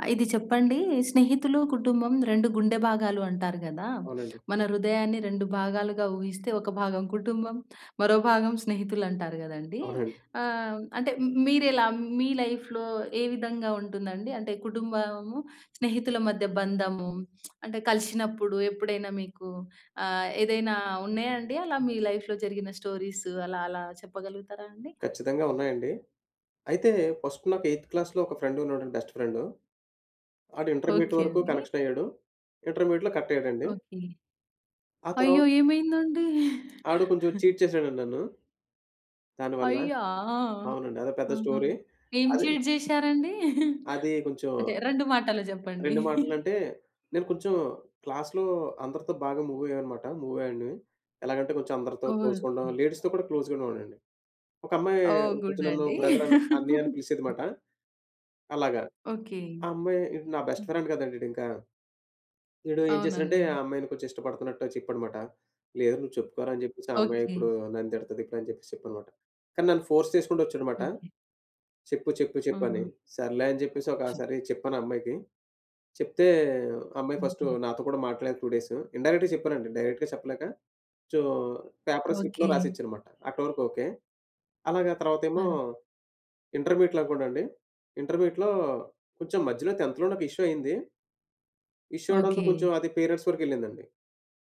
ఆ! ఇది చెప్పండి. స్నేహితులు, కుటుంబం 2 గుండె భాగాలు అంటారు గదా! అవునండి. మన హృదయాన్ని 2 భాగాలుగా ఊహిస్తే ఒక భాగం కుటుంబం, మరో భాగం స్నేహితులంటారు గదండీ! అవునండి. అంటే మీరెలా మీ లైఫ్‌లో ఏ విధంగా ఉంటుందండి? అంటే కుటుంబము, స్నేహితుల మధ్య బంధము అంటే కలిసినప్పుడు ఎప్పుడైనా మీకు ఏదైనా ఉన్నాయా అండి? అలా మీ లైఫ్‌లో జరిగిన స్టోరీస్ అలా అలా చెప్పగలుగుతారా అండి? ఖచ్చితంగా ఉన్నాయండి. అయితే ఫస్ట్ నాకు ఎయిత్ క్లాస్‌లో ఒక ఫ్రెండ్ ఉన్నాడండి, బెస్ట్ ఫ్రెండు. ఆడు ఇంటర్మీడియేట్ ఓకే వరకు అండి. కనెక్షన్ అయ్యాడు. ఇంటర్మీడియేట్‌లో కట్ అయ్యాడండి. ఓకే. ఆ అయ్యో! తర్వాత ఏమైందండి? ఆడు కొంచెం చీట్ చేశాడండి నన్ను. దానివల్ల అయ్యా! అవునండి, అదో పెద్ద ఆహా! స్టోరీ. ఏం అది చీట్ జేశారండి? అది కొంచెం అంటే 2 మాటల్లో జెప్పండి. 2 మాటలంటే నేను కొంచెం క్లాస్‌లో అందరితో బాగా మూవ్ అయ్యాననమాట. మూవ్ అయ్యాడిని. ఎలాగంటే కొంచెం అందరితో క్లోజ్‌గా ఉండడం. ఓకే. లేడీస్‌తో కూడా క్లోజ్‌గా ఉండేవాడినండి. ఒక అమ్మాయి ఓహ్! కొంచెం గుడ్ నన్ను అండి. బ్రదర్ అని, అన్నయ్య అని పిలిచేదిమాట. అలాగా. ఓకే. ఆ అమ్మాయి ఇది నా బెస్ట్ హ్మ్. ఫ్రెండ్ కదండీ ఈడింకా. ఈడు ఇంకా వీడు ఏం చేసాడంటే అవునండి. ఆ అమ్మాయిని కొంచెం ఇష్టపడుతున్నట్టు చెప్పాడమాట. లేదు నువ్వు చెప్పుకోరా అని చెప్పేసి ఆ అమ్మాయి ఓకే. ఇప్పుడు నన్ను తిడతది ఇప్పుడు అని చెప్పేసి చెప్పానమాట. కానీ నన్ను ఫోర్స్ చేసుకుంటూ వచ్చాడమాట. ఓకే. చెప్పు, చెప్పు, చెప్పు అని. ఆ! సర్లే అని చెప్పేసి ఒకసారి చెప్పాను ఆ అమ్మాయికి. చెప్తే ఆ అమ్మాయి ఫస్ట్ ఓకే. నాతో కూడా మాట్లాడలేదు 2 డేస్. ఇండైరెక్ట్‌గా చెప్పానండి. డైరెక్ట్‌గా చెప్పలేక కొంచెం పేపర్ స్లిప్‌లో ఓకే. రాసిచ్చానమాట. అక్కడి వరకు ఓకే. అలాగా తర్వాతేమో ఆ! ఇంటర్మీడియేట్‌లో అనుకోండి. ఇంటర్మీడియేట్‌లో కొంచెం మధ్యలో 10థ్‌లో నాకు ఇష్యూ అయింది. ఇష్యూ అవ్వడంతో ఓకే. కొంచెం అది పేరెంట్స్ వరకెళ్ళిందండి.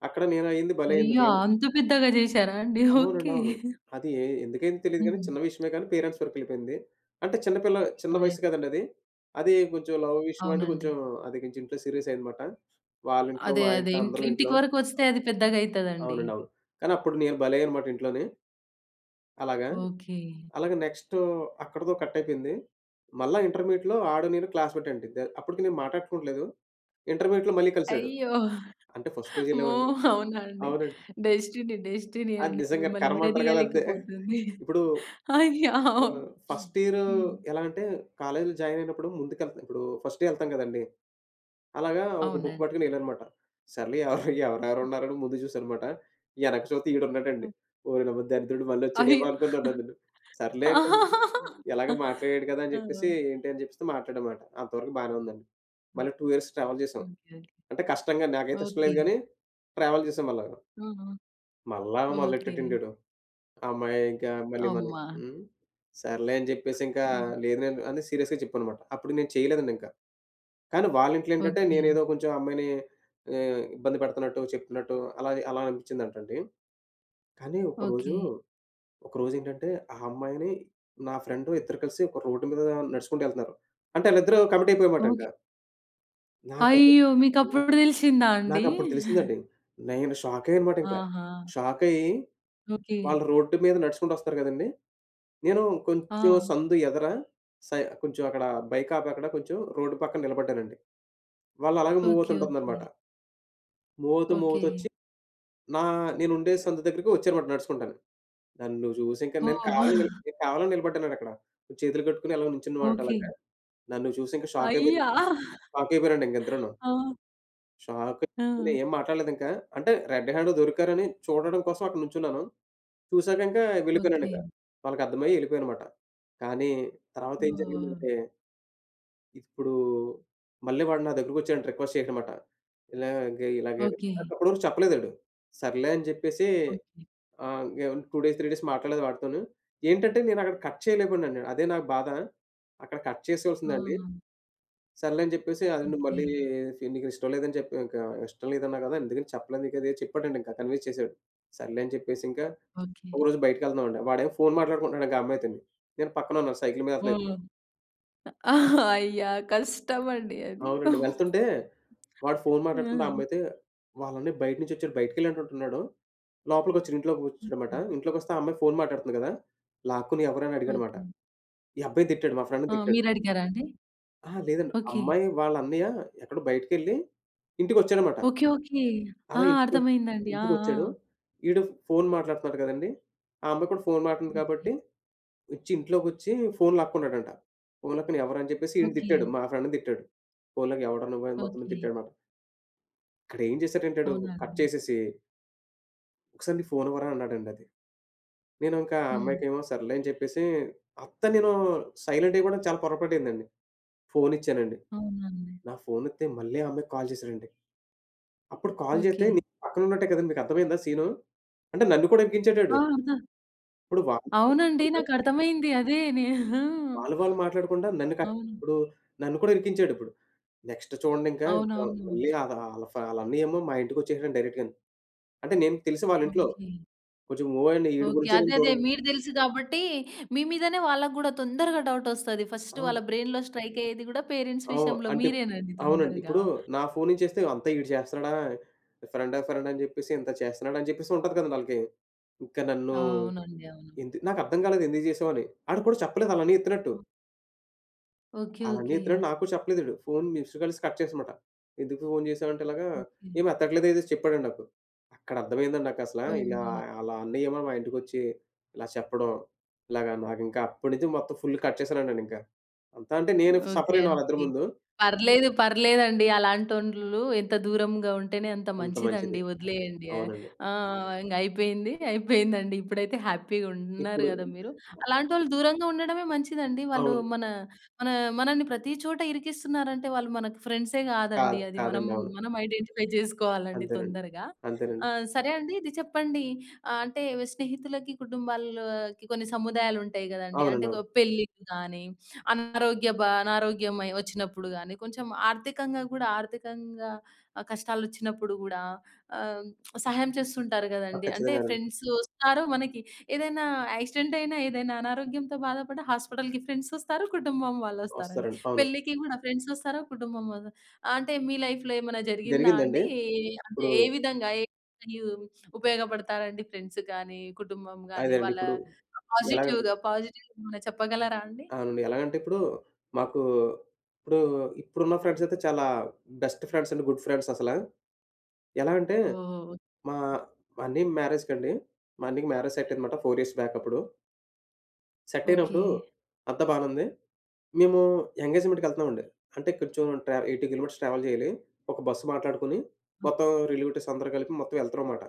అక్కడ నేనయ్యింది భలే అయింది. అయ్యా! నేను అంత పెద్దగా జేశారా అండి? అవునండి, ఓకే. అవును. అది ఎందుకయిందో తెలీదు గానీ, హ్మ్. చిన్న విషయమే కానీ పేరెంట్స్ వరకెళ్ళిపోయింది. అంటే చిన్న పిల్ల, చిన్న అదే. వయసు కదండీ అది. అది కొంచెం లవ్ విషయం అంటే అవునండి. కొంచెం అది కొంచెం ఇంట్లో సీరియస్ అయిందన్నమాట. వాళ్ళింట్లో, అదే. మా అదే. ఇంట్లో అందరం ఇంట్లో ఇంటికి వరకు ఒస్తే అది పెద్దగయితదండి. అవునండి, అవును. కానీ అప్పుడు నేను భలే అయ్యానన్నమాట ఇంట్లోని. అలాగా. ఓకే. అలాగే నెక్స్ట్ అక్కడితో కట్ అయిపోయింది. మళ్ళా ఇంటర్మీడియేట్‌లో ఆడు నేను క్లాస్‌మేట్ అండి. ద అప్పటికి నేను మాట్లాడుకోవట్లేదు. ఇంటర్మీడియేట్‌లో మళ్ళీ కలిసాడు. అయ్యో! అంటే ఫస్ట్ రోజు అమ్మో! ఎళ్ళామండి. అవునా అండి? అవునండి. డెస్టినీ, డెస్టినీ అది అండి. నిజంగా మిమ్మల్ని కర్మ అంటారు కదా! అదే. విడదీయలేకపోతుంది. ఇప్పుడు అయ్యో! ఫస్ట్ ఇయర్ హ్మ్. ఎలా అంటే కాలేజ్‌లో జాయిన్ అయినప్పుడు ముందుకెళ్తాం. ఇప్పుడు ఫస్ట్ డే ఎళ్తాం కదండీ! అలాగా ఒక బుక్ అవునండి. పట్టుకొని ఎళ్ళానమాట. సర్లే ఎవరు ఎవరెవరున్నారని ముందు చూసానమాట. ఎనక చూస్తే ఈడున్నాడండి. హ్మ్. ఓరినమ్మ దరిద్రుడు మళ్ళొచ్చాడేమో అయ్యో! అనుకున్నాను నేను. సర్లే అంటే ఆ! ఎలాగో మాట్లాడాడు కదా! అని చెప్పేసి ఏంటి అని చెప్పేసి మాట్లాడామాట. అంతవరకు బానే ఉందండి. మళ్ళీ 2 ఇయర్స్ ట్రావెల్ చేసాం. ఓకే. ఓకే. అంటే కష్టంగా నాకైతే ఇష్టం లేదు ఓకే. గానీ ట్రావెల్ చేసాం మళ్ళాగా. ఆ! మళ్ళా ఓకే. మొదలెట్టాడండి ఈడు. అమ్మాయి ఇంకా మళ్ళీ మనం అమ్మా! హ్మ్. సర్లే అని జెప్పేసి ఇంకా హ్మ్. లేదు నేను అని సీరియస్‌గా చెప్పానన్నమాట. అప్పుడు నేను చేయలేదండి ఇంకా. కానీ వాళ్ళ ఇంట్లో ఏంటంటే ఓకే. నేనేదో కొంచెం అమ్మాయిని ఇబ్బంది పెడుతున్నట్టు, చెప్తున్నట్టు అలా అలా అనిపించిందంటండి. కానీ ఒకరోజు, ఓకే. ఒకరోజేంటంటే ఆ అమ్మాయిని నా ఫ్రెండ్ ఇద్దరు కలిసి ఒక రోడ్డు మీద నడుచుకుంటూ ఎళ్తున్నారు. అంటే ఆళ్ళిద్దరూ కమిట్ అయిపోయామాట ఓకే. ఇంకా. నాకది అయ్యో! నా మీకప్పుడు తెలిసిందా అండి? నాకప్పుడు తెలిసిందండి. నేను షాక్ అయ్యానన్నమాట ఇంకా. ఆహా! షాక్ అయ్యి ఓకే. వాళ్ళు రోడ్డు మీద నడుచుకుంటూ వస్తారు గదండీ! నేను ఆ! కొంచెం సందు ఎదర సై కొంచెం అక్కడ బైక్ ఆపి అక్కడ కొంచెం రోడ్డు పక్కన నిలబడ్డానండి. వాళ్ళు అలాగే మూవ్ ఓకే. ఓకే. అవుతుంటుందన్నమాట. మూవ్ అవుతూ, మూవ్ ఓకే. అవుతొచ్చి నా నేనుండే సందు దగ్గరికి వచ్చారన్నమాట నడుచుకుంటాను. నన్ను చూసి ఇంక నేను ఓహ్! కావాలని నిల్ నేను కావాలని నిలబడ్డానండక్కడ. చేతులు కట్టుకొని ఎలాగో నించున్నమాట ఓకే. అలాగా. నన్ను చూసి ఇంక షాక్ అయిపోయారు. అయ్యా! షాక్ అయిపోయారండి ఇంకిద్దరూను. ఆ! షాక్ ఆ! అయిపోయి ఏం మాట్లాడలేదింకా. అంటే రెడ్ హ్యాండ్ దొరికారని చూడడం కోసం అక్కడ నుంచున్నాను. చూసాక ఇంకా ఓకే. వెళ్ళిపోయానండిక. వాళ్ళకర్థమయ్యి ఎళ్ళిపోయానమాట. కానీ తర్వాత ఏం ఓహ్! జరిగిందంటే ఇప్పుడు మళ్ళీ వాడు నా దగ్గరకొచ్చాడంట రిక్వెస్ట్ చేయడనమాట. ఇలాగే ఇలాగే ఓకే. నాకప్పటి వరకు చెప్పలేదు ఆడు. సర్లే అని చెప్పేసి ఓకే. ఇంగే 2 డేస్, 3 డేస్ మాట్లాడలేదు వాడితోను. ఏంటంటే నేనక్కడ కట్ చేయలేకపోయానండి. అదే నాకు బాధ. అక్కడ కట్ ఆ! చేసేయాల్సిందండి. సర్లే అని చెప్పేసి అది నువ్వు ఓకే. మళ్ళీ నీకిష్టం లేదని చెప్పి ఇంక ఇష్టం లేదన్నావు కదా! అందుకని చెప్పలేదు నీకది చెప్పాడండి ఇంకా కన్విన్స్ చేసాడు. సర్లే అని చెప్పేసి ఇంకా ఓకే. ఒకరోజు బయటికెళ్తున్నామండి. వాడేమో ఫోను మాట్లాడుకుంటున్నాడు ఇంకా ఆ అమ్మాయితోని. నేను పక్కనున్నాను సైకిల్ మీద ఎళ్తున్నా. హ్మ్. అయ్యా! కష్టమండి అది. అవునండి, వెళ్తుంటే వాడు ఫోను మాట్లాడుతుంటే ఆ ఆహా! అమ్మాయితే వాళ్ళన్నయ్య బయట నుంచొచ్చాడు. బయటికెళ్ళాడంటున్నాడు. లోపలికొచ్చాడు. ఇంట్లోకొచ్చాడమాట. ఓకే. ఇంట్లోకొస్తే ఆ అమ్మాయి ఫోను మాట్లాడుతుంది గదా! లాక్కుని ఎవరని అడిగాడమాట. ఓకే. ఈ అబ్బాయి తిట్టాడు. మా ఫ్రెండ్‌ని ఆ! తిట్టాడు. మీరడిగారా అండి? అహా! లేదండి. ఓకే. అమ్మాయి వాళ్ళ అన్నయ్య ఎక్కడో బయటికెళ్ళి ఇంటికొచ్చాడమాట. ఓకే. ఓకే. అలా ఆ! ఇంటికొ అర్థమైందండి. ఆ! ఆ! ఇంటికొచ్చాడు. ఈడు ఫోను మాట్లాడుతున్నాడు కదండీ! ఆ అమ్మాయి కూడా ఫోను మాట్లాడుతుంది ఓకే. కాబట్టి వచ్చి ఇంట్లోకొచ్చి ఫోను లాక్కున్నాడంట. ఫోను లాక్కుని ఎవరని చెప్పేసి ఈడిని ఓకే. తిట్టాడు. మా ఫ్రెండ్‌ని తిట్టాడు. ఫోను లాగి ఎవడ్రా నువ్వు అని మొత్తం ఓకే. తిట్టాడమాట. ఇక్కడేం చేశాడంటాడు అవునా కట్ అండి? చేసేసి, "ఒకసారి నీ ఫోన్ ఇవ్వరా" అన్నాడండి అది. నేను ఇంకా ఆ హ్మ్. అమ్మాయికేమో సర్లే అని చెప్పేసి నేను సైలెంట్ ఇవ్వడం చాలా పొరపాటయిందండి. ఫోన్ ఇచ్చానండి. అవునా అండి? నా ఫోన్ ఇత్తే మళ్ళీ ఆ అమ్మాయికి కాల్ చేశాడండి. అప్పుడు కాల్ చేస్తే ఓకే. నేను పక్కనున్నట్టే కదండీ! మీకర్థమైందా సీను? అంటే నన్ను కూడా ఆ! ఇరికించేటాడు. ఇప్పుడు వాళ్ళు వాళ్ళు అవునండి. పట్టుకుంటే నాకర్థమైంది. అదే ఆ! వాళ్ళు వాళ్ళు మాట్లాడకుండా నన్ను కట్ అవును. ఇప్పుడు నన్ను కూడా ఇరికించాడిప్పుడు. నెక్స్ట్ చూడండి ఇంకా ఇంకా అవునవును. మళ్ళీ ఆళ్ళ ఆళ్ళ ఫ ఆళ్ళ అన్నయ్యేమో మా ఇంటికొచ్చేసాడండి డైరెక్ట్‌గాను. అంటే నేను తెలుసు వాళ్ళింట్లో. ఓకే. కొంచెం మూవ్ అయ్యండి ఈడి ఓకే. గురించే అదే. నేను అదే. దూరం మీరు తెలుసు కాబట్టి మీ మీదనే వాళ్ళకి గూడా తొందరగా డౌటొస్తది. ఫస్ట్ అవును, వాళ్ళ బ్రెయిన్‌లో స్ట్రైక్ అయ్యేది గూడా పేరెంట్స్ అవును. విషయంలో అంటే మీరేనండి అవునండి. తొందరగా. ఇప్పుడు నా ఫోను నుంచేస్తే అంతా ఈడు చేస్తున్నాడా, ఫ్రెండ్ ఫ్రెండ్ అని చెప్పేసి ఇంత చేస్తున్నాడు అని చెప్పేసి ఉంటది కదండీ ఆళ్ళకి. ఇంకా నన్ను అవునండి. అవును. నాకర్థం కాలేదు ఎందుకు చేసావని. ఆడు కూడా చెప్పలేదు ఆళ్ళన్నీ ఎత్తినట్టు. ఓకే. ఆళ్ళన్నీ ఓకే. ఎత్తినట్టు నాకు కూడా చెప్పలేదు ఈడు. ఫోను మిస్డ్ కాల్స్ కట్ చేసేసామాట. ఎందుకు ఫోను చేసావంటే ఇలాగా, ఓకే. "ఏమి ఎత్తట్లేదు" ఏదో చెప్పాడండి నాకు. అక్కడ అర్థమైందండి నాకసల. ఇలా ఓహ్! ఆళ్ళ అన్నయ్య ఏమో మా ఇంటికొచ్చి ఇలా చెప్పడం, ఇలాగా నాకింకా అప్పటి నుంచి మొత్తం ఫుల్ కట్ చేశానండి నేనింకా. అంతా అంటే నేను ఓకే సఫరయ్యాను వాళ్ళిద్దరి అండి. ముందు. పర్లేదు, పర్లేదండి. అలాంటోళ్ళు ఎంత దూరంగా ఉంటేనే అంత అంత మంచిది. మంచిదండి. వదిలేయండి. అవునండి. ఆ! ఇంగ అయిపోయింది. అయిపోయిందండి. ఇప్పుడైతే హ్యాపీగా ఉన్నారు ఇప్పుడు గదా మీరు. అలాంటోళ్ళు దూరంగా ఉండడమే మంచిదండి. వాళ్ళు అవును. మన మన మనల్ని ప్రతి చోట ఇరికిస్తున్నారంటే వాళ్ళు మనకు ఫ్రెండ్సే గాదండి. కాదు. అది మనం కాదండి. అవును. మనం ఐడెంటిఫై జేసుకోవాలండి అంతేనండి. తొందరగా. అంతేనండి. ఆ! సరే అండి. ఇది చెప్పండి. అంటే స్నేహితులకి, కుటుంబాల్లోకి కొన్ని సముదాయాలుంటాయి గదండీ. అవునండి, అంటే అవును. పెళ్ళిళ్ళు గాని అనారోగ్యమై వచ్చినప్పుడు గాని, కొంచెం ఆర్థికంగా కష్టాలొచ్చినప్పుడు గూడా ఆహ్, సహాయం చేస్తుంటారు ఆ! గదండీ. అంటే ఖచ్చితంగానండి. ఫ్రెండ్స్ వస్తారు మనకి. ఏదైనా యాక్సిడెంట్ అయినా, ఏదైనా అనారోగ్యంతో బాధపడ్డా హాస్పిటల్‌కి ఫ్రెండ్సొస్తారు, కుటుంబం వాళ్ళొస్తారండి. వస్తారండి, అవును. పెళ్ళికి గూడా ఫ్రెండ్సొస్తారు, కుటుంబం వాళ్ళు అంటే మీ లైఫ్‌లో ఏమైనా జరిగిందా జరిగిందండి. అండి? అంటే ఇప్పుడు ఏ విధంగా ఏ యు ఉపయోగపడతారండి ఫ్రెండ్స్ గాని, కుటుంబం గాని, అదేనండి. వాళ్ళ ఇప్పుడు ఎలాగంటే పాజిటివ్ ఏమైనా చెప్పగలరా అండి? అవునండి. ఎలాగంటే ఇప్పుడు మాకు ఇప్పుడు ఇప్పుడున్న ఫ్రెండ్స్ అయితే చాలా బెస్ట్ ఫ్రెండ్స్ అండి. గుడ్ ఫ్రెండ్స్ అసల. ఎలా అంటే ఓహ్! మా మా అన్నయ్య మ్యారేజ్‌కండి. మా అన్నయ్యకి మ్యారేజ్ సెట్ అయిందన్నమాట 4 ఇయర్స్ బ్యాక్ అప్పుడు. సెట్ అయినప్పుడు ఓకే. అంతా బానే ఉంది. మేము ఎంగేజ్‌మెంట్‌కెళ్తున్నామండి. అంటే కొంచెం 80 కిలోమీటర్స్ ట్రావెల్ చేయాలి. ఒక బస్సు మాట్లాడుకొని మొత్తం రిలేటివ్స్ అందరూ కలిపి మొత్తం వెళ్తున్నామాట.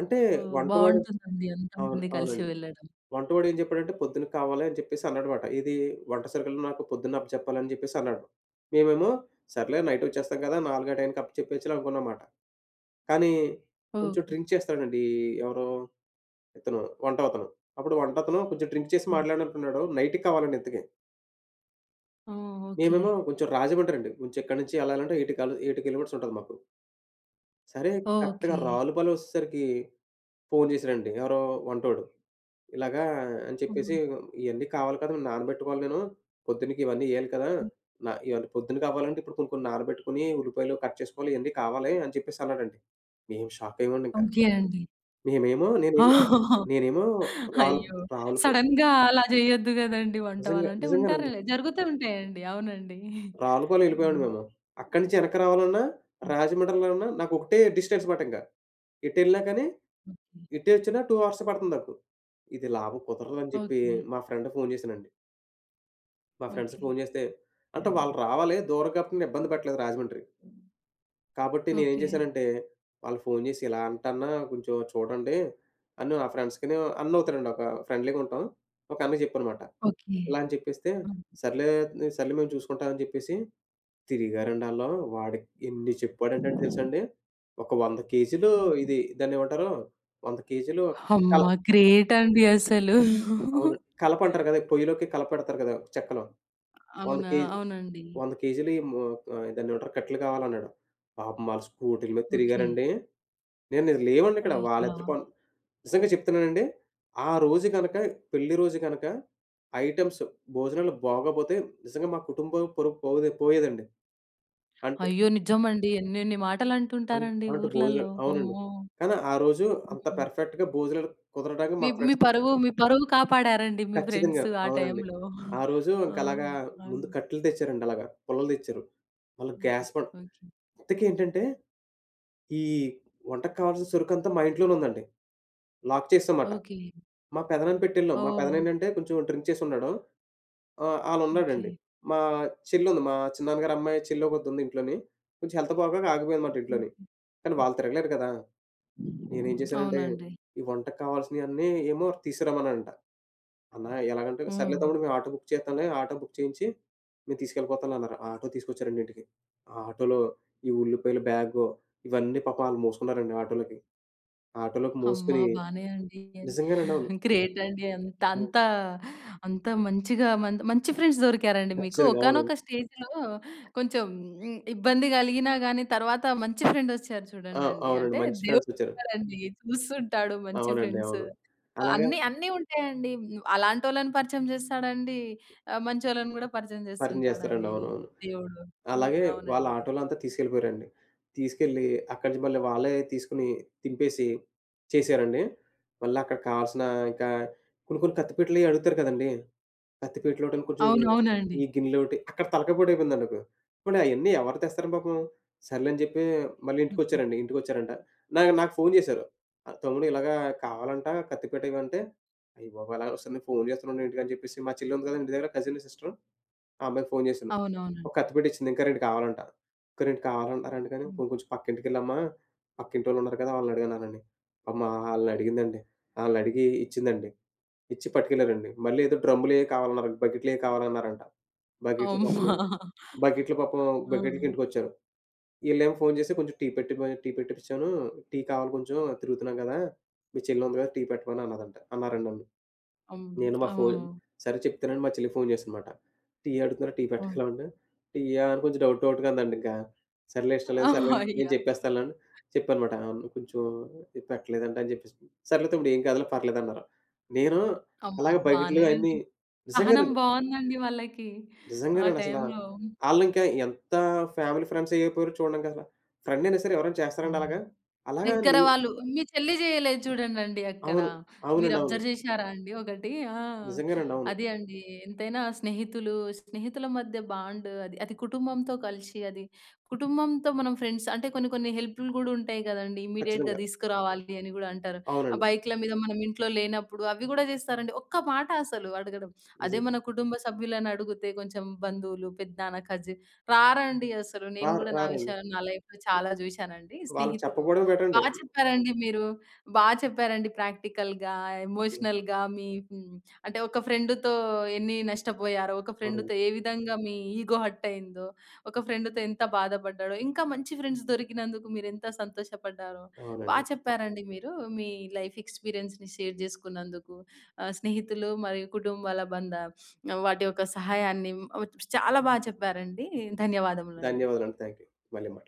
అంటే ఓహ్! వంటవాడు బావుంటుందండి అవును, అంతమంది కలిసి అవునండి. వెళ్ళడం. వంటవాడు ఏం చెప్పాడంటే పొద్దున కావాలి అని చెప్పేసి అన్నాడమాట. ఇది వంట సరుకులు నాకు పొద్దున్న అప్పచెప్పాలని చెప్పేసి అన్నాడు. మేమేమో సర్లే నైట్ వచ్చేస్తాం కదా! 4 ఆ టైంకి అప్పచెప్పేయచ్చులే అనుకున్నామాట. కానీ కొంచెం డ్రింక్ ఓకే. చేస్తాడండి ఎవరు ఇతను వంటతను. అప్పుడు వంటతను కొంచెం డ్రింక్ చేసి హ్మ్. మాట్లాడినట్టున్నాడు. నైట్‌కి కావాలండి ఇంతకీ. ఓహ్! ఓకే. మేమేమో కొంచెం రాజమండ్రి అండి. కొంచెం ఇక్కడి నుంచి ఎళ్ళాలంటే 8 కిలోమీటర్స్ ఉంటది మాకు. సరే కరెక్ట్‌గా ఓకే. రావులపాలెం వచ్చేసరికి ఫోను చేసాడండి ఎవరో వంటోడు. ఇలాగా అని చెప్పేసి హ్మ్. "ఇయన్నీ కావాలి కదా! నానబెట్టుకోవాలి నేను. పొద్దున్నకి ఇవన్నీ ఎయాలి కదా! హ్మ్. ఇవన్నీ పొద్దున కావాలంటే ఇప్పుడు కొన్ని కొన్ని నానబెట్టుకొని ఉల్లిపాయలు కట్ చేసుకోవాలి ఇయన్నీ కావాలి" అని చెప్పేసి అన్నాడండి. మేము షాక్ అయ్యామండి ఇంకా. ఓకే అండి. మేమేమో నేనేమో నేనేమో రావుల అయ్యో! రావులపా సడెన్‌గా అలా చేయొద్దు గదండీ వంట నిజంగా వాళ్ళు. అంటే నిజంగానండి. ఉంటారులే జరుగుతూ ఉంటాయండి. అవునండి. రావులపాలెం ఎళ్ళిపోయామండి హ్మ్. మేము. అక్కడి నుంచి వెనక్కి రావాలన్నా, హ్మ్. రాజమండ్రిలోన్నా నాకొకటే డిస్టెన్స్ మాట ఇంక. ఎటెళ్ళినా కానీ, ఎటే వచ్చినా 2 అవర్స్ పడుతుంది నాకు. ఇది లాభం కుదరదని చెప్పి ఓకే. మా ఫ్రెండ్‌కి ఫోను చేశానండి. మా ఫ్రెండ్స్‌కి ఓకే. ఫోను చేస్తే అంటే వాళ్ళు రావాలి దూరం కాబట్టి నేను ఇబ్బంది పెట్టలేదు రాజమండ్రి. కాబట్టి నేనేం ఓకే. చేశానంటే, వాళ్ళకి ఫోను చేసి ఇలా అంటన్నా కొంచెం చూడండి అని నా ఫ్రెండ్స్‌కిని అన్న అవుతాడండి ఒక ఫ్రెండ్లీగా ఉంటాం. ఒక అన్నకి చెప్పానమాట. ఓకే. ఇలా అని చెప్పేస్తే, హ్మ్. సర్లే సర్లే మేము చూసుకుంటాం అని చెప్పేసి తిరిగారండి ఆళ్ళం. వాడి ఎన్ని చెప్పాడంటే అండి తెలుసండి, ఒక 100 కేజీలు ఇది దాన్నేమంటారు, 100 కేజీలు కల అమ్మా! గ్రేట్ అండి అసలు. అవును. కలపంటారు కదా! పొయ్యిలోకి కలపెడతారు కదా! చెక్కలో. 100 అవునా? కేజీ అవునండి. 100 కేజీలు ఈ మో దాన్నేమంటారు కట్టెలు కావాలన్నాడు. పాపం ఆళ్ళు స్కూటీల మీద ఓకే. తిరిగారండి. నేను నేను లేవండి ఇక్కడ. అయ్యా! వాళ్ళిద్దరు పన్ నిజంగా చెప్తున్నానండి. ఆ రోజు గనక పెళ్లి రోజు గనక ఐటెమ్స్ భోజనాలు బాగోపోతే నిజంగా మా కుటుంబం పరువు పోదే పోయేదండి. అంటే అయ్యో! నిజమండి. ఎన్నెన్ని అన్ మాటలంటుంటారండి అంటే భోజనం ఊర్లలో. అవునండి. అమ్మో! కానీ ఆ రోజు అంత హ్మ్. పర్ఫెక్ట్‌గా భోజనాలు కుదరడానికి మీ మా మీ ఫ్రెండ్స్ పరువు మీ పరువు కాపాడారండి మీ ఖచ్చితంగా. ఫ్రెండ్స్ ఆ అవునండి. టైంలో. ఆ రోజు ఆ! ఇంకలాగా ముందు అవును. కట్టెలు తెచ్చారండి అలాగా. పుల్లలు తెచ్చారు. మళ్ళా ఓకే. గ్యాస్ బండ ఓకే. ఇంతకేంటంటే ఈ వంటకు కావాల్సిన సరుకంతా మా ఇంట్లోనే ఉందండి. లాక్ చేసేసామాట. ఓకే. మా పెదనాన్న పెట్టెళ్ళాం. మా ఓహ్! పెదనాన్నేంటంటే కొంచెం డ్రింక్ చేసున్నాడు. ఓకే. ఆలున్నాడండి. మా చెల్లుంది. మా చిన్నాన్నగారి అమ్మాయి చెల్లొకతుంది ఇంట్లోని. కొంచెం హెల్త్ బాగోక ఆగిపోయిందమాట ఇంట్లోని. హ్మ్. కానీ వాళ్ళు తిరగలేరు కదా! నేనేం చేశానంటే, అవునండి. ఈ వంటకి కావాల్సినయన్నీ ఏమో తీసుకురమ్మన్నానంట. అన్నా ఎలాగంటే, "సర్లే హ్మ్. తమ్ముడు మేము ఆటో బుక్ చేస్తాంలే." ఆటో బుక్ చేయించి, మేము తీసుకెళ్ళిపోతాంలన్నారు. ఆ ఆటో తీసుకొచ్చారండి ఇంటికి. ఆ ఆటోలో ఈ ఉల్లిపాయల బ్యాగు ఇవన్నీ పాపం ఆళ్ళు మోసుకున్నారండి ఆటోలోకి. ఆ ఆటోలోకి అమ్మా! మోసుకొని బానే అండి. నిజంగానండి, అవును. గ్రేట్ అండి. అంత అంత అవును. అంత మంచిగా మంచి ఫ్రెండ్స్ దొరికారండి మీకు. ఖచ్చితంగా. అవునండి. ఒకానొక స్టేజ్‌లో కొంచెం హ్మ్, ఇబ్బంది కలిగినా గానీ తర్వాత మంచి ఫ్రెండ్ వచ్చారు ఆ! చూడండండి. అవునండి, అంటే మంచి దేవుడు ఫ్రెండ్సొచ్చారు. ఉంటాడండి. చూస్తుంటాడు మంచి అవునండి, ఫ్రెండ్స్. అవును. అలాగా అన్నీ అన్నీ ఉంటాయండి. అలాంటోళ్ళని పరిచయం చేస్తాడండి. మంచోళ్ళని గూడా పరిచయం పరిచయం చేస్తారండి, చేస్తుంటాడండి అవునవును. దేవుడు. హ్మ్. అలాగే వాళ్ళ అవునండి. ఆటోలో అంతా తీసుకెళ్ళిపోయారండి. తీసుకెళ్ళి అక్కడి నుంచి మళ్ళీ వాళ్ళే తీసుకొని తింపేసి చేశారండి. మళ్ళీ అక్కడ కావాల్సిన ఇంకా కొన్ని కొన్ని కత్తిపీటలయి అడుగుతారు కదండీ! కత్తిపీటలోటని కొంచెం అవునవునండి. ఈ గిన్నెలోటి అక్కడ తలకాయ పోటయిపోయిందండి నాకు. పోనీ అయన్నీ ఎవరు తెస్తారు పాపం? సర్లే అని చెప్పి మళ్ళీ ఓకే. ఇంటికొచ్చారండి. ఇంటికొచ్చారంట. నాకు ఫోను చేశారు. "తమ్ముడు ఇలాగా కావాలంట కత్తిపీట ఇవంటే" అయ్య బాబోయ్! అలాగ ఒకసారి నేను ఫోను చేస్తున్నాను ఏంటి అని చెప్పేసి మా చెల్లుంది కదా ఇంటి దగ్గర కజిన్ సిస్టర్ ఆ అమ్మాయికి ఫోను చేశాను. ఒక అవునవునండి. కత్తిపీట ఇచ్చింది. ఇంకా 2 కావాలంట. "ఇంకా 2 కావాలంటున్నారంట గాని హ్మ్. పోనీ కొంచెం పక్కింటికెళ్ళమ్మా, పక్కింటోళ్ళున్నారు కదా! వాళ్ళనడగనానని." అమ్మ ఆళ్ళనడిగిందండి. ఆళ్ళనడిగి ఇచ్చిందండి. ఇచ్చి పట్టుకెళ్లారండి. మళ్ళీ ఏదో డ్రమ్ములెయో కావాలన్నారంట. బకెట్లెయో కావాలన్నారంట. బకెట్లు పాపం అమ్మా! బకెట్లు పాపం ఆ! బకెట్లకి ఇంటికొచ్చారు. ఈళ్ళేమో ఫోను చేసి కొంచెం టీ పెట్టి పోయి టీ పెట్టిపిచ్చాను. టీ కావాలి కొంచెం తిరుగుతున్నాం గదా! మీ చెల్లుంది గదా! టీ పెట్టమని అన్నదంట. అన్నారండి నన్ను. హ్మ్. నేను మా ఫోన్ ఓహ్! సరే చెప్తానని మా చెల్లికి ఫోన్ చేశానమాట. టీ అడుగుతున్నా టీ ఓకే. పట్టుకెళ్ళవా అంటే, టీయా అని కొంచెం డౌట్‌గా ఉందండి ఇంకా. సర్లే ఇష్టం లేదు సర్లే నేను అయ్యా! చెప్పేస్తానులే అని చెప్పానమాట. అవును కొంచెం ఇది పెట్టలేదంట అని చెప్పేసి, సర్లే తమ్ముడు ఏం కాదులే పర్లేదన్నారు. నేను అమ్మ! అలాగే బకెట్లు బానే అన్నీ అండి. సహనం నిజంగానండి. బావుందండి వాళ్ళకి. ఆ నిజంగానండి అసల. టైంలో. ఆళ్ళింకా ఎంత ఫ్యామిలీ ఫ్రెండ్స్ అయిపోయారో చూడండి అసల. ఫ్రెండ్ అయినా సరే ఎవరైనా చేస్తారండి అలాగా? అవునండి. అలాగా దగ్గర నీ వాళ్ళు. మీ చెల్లి చేయలేదు చూడండండి అక్కడ. అవును, అవునండి, మీరు అవును. అబ్జర్వ్ చేశారా అండి ఒకటి? ఆ! నిజంగానండి, అవును. అదే అండి. ఎంతైనా స్నేహితులు, స్నేహితుల మధ్య బాండ్ అది. అది కుటుంబంతో కలిసి అది కుటుంబంతో మనం ఫ్రెండ్స్ అంటే కొన్ని కొన్ని హెల్ప్‌లు గూడా ఉంటాయి గదండీ! ఇమ్మీడియేట్‌గా ఖచ్చితంగా. తీసుకురావాలి అని గూడా అంటారు. ఆ అవునండి. బైక్‌ల మీద మనం ఇంట్లో లేనప్పుడు అవి గూడా చేస్తారండి. ఒక్క మాట అసలు అడగడం. అదే నిజం. మన కుటుంబ సభ్యులని అడిగితే కొంచెం బంధువులు, పెద్దనాన్న, కజిన్ రారండి అసలు. నేను రారు గూడా నా రారండి. విషయాలు నా లైఫ్‌లో చాలా చూశానండి. వాళ్ళకి స్నేహితులు చెప్పకపోవడమే బా బెటరండి. చెప్పారండి మీరు. బా చెప్పారండి ప్రాక్టికల్‌గా, ఎమోషనల్‌గా మీ హ్మ్. అంటే ఒక ఫ్రెండ్‌తో ఎన్ని నష్టపోయారో, ఒక ఫ్రెండ్‌తో అవునండి. ఏ విధంగా మీ ఈగో హర్ట్ అయిందో, ఒక ఫ్రెండ్‌తో ఎంత బాధపడ్డారో, ఇంకా మంచి ఫ్రెండ్స్ దొరికినందుకు మీరెంత సంతోషపడ్డారో, బా అవునండి. చెప్పారండి మీరు. మీ లైఫ్ ఎక్స్‌పీరియన్స్‌ని షేర్ చేసుకున్నందుకు, స్నేహితులు మరియు కుటుంబాల బంధ వాటి యొక్క సహాయాన్ని మ్, చాలా బా చెప్పారండి. ధన్యవాదములండి. ధన్యవాదాలండి. Thank you. మళ్ళీ మాట్లాడదాం.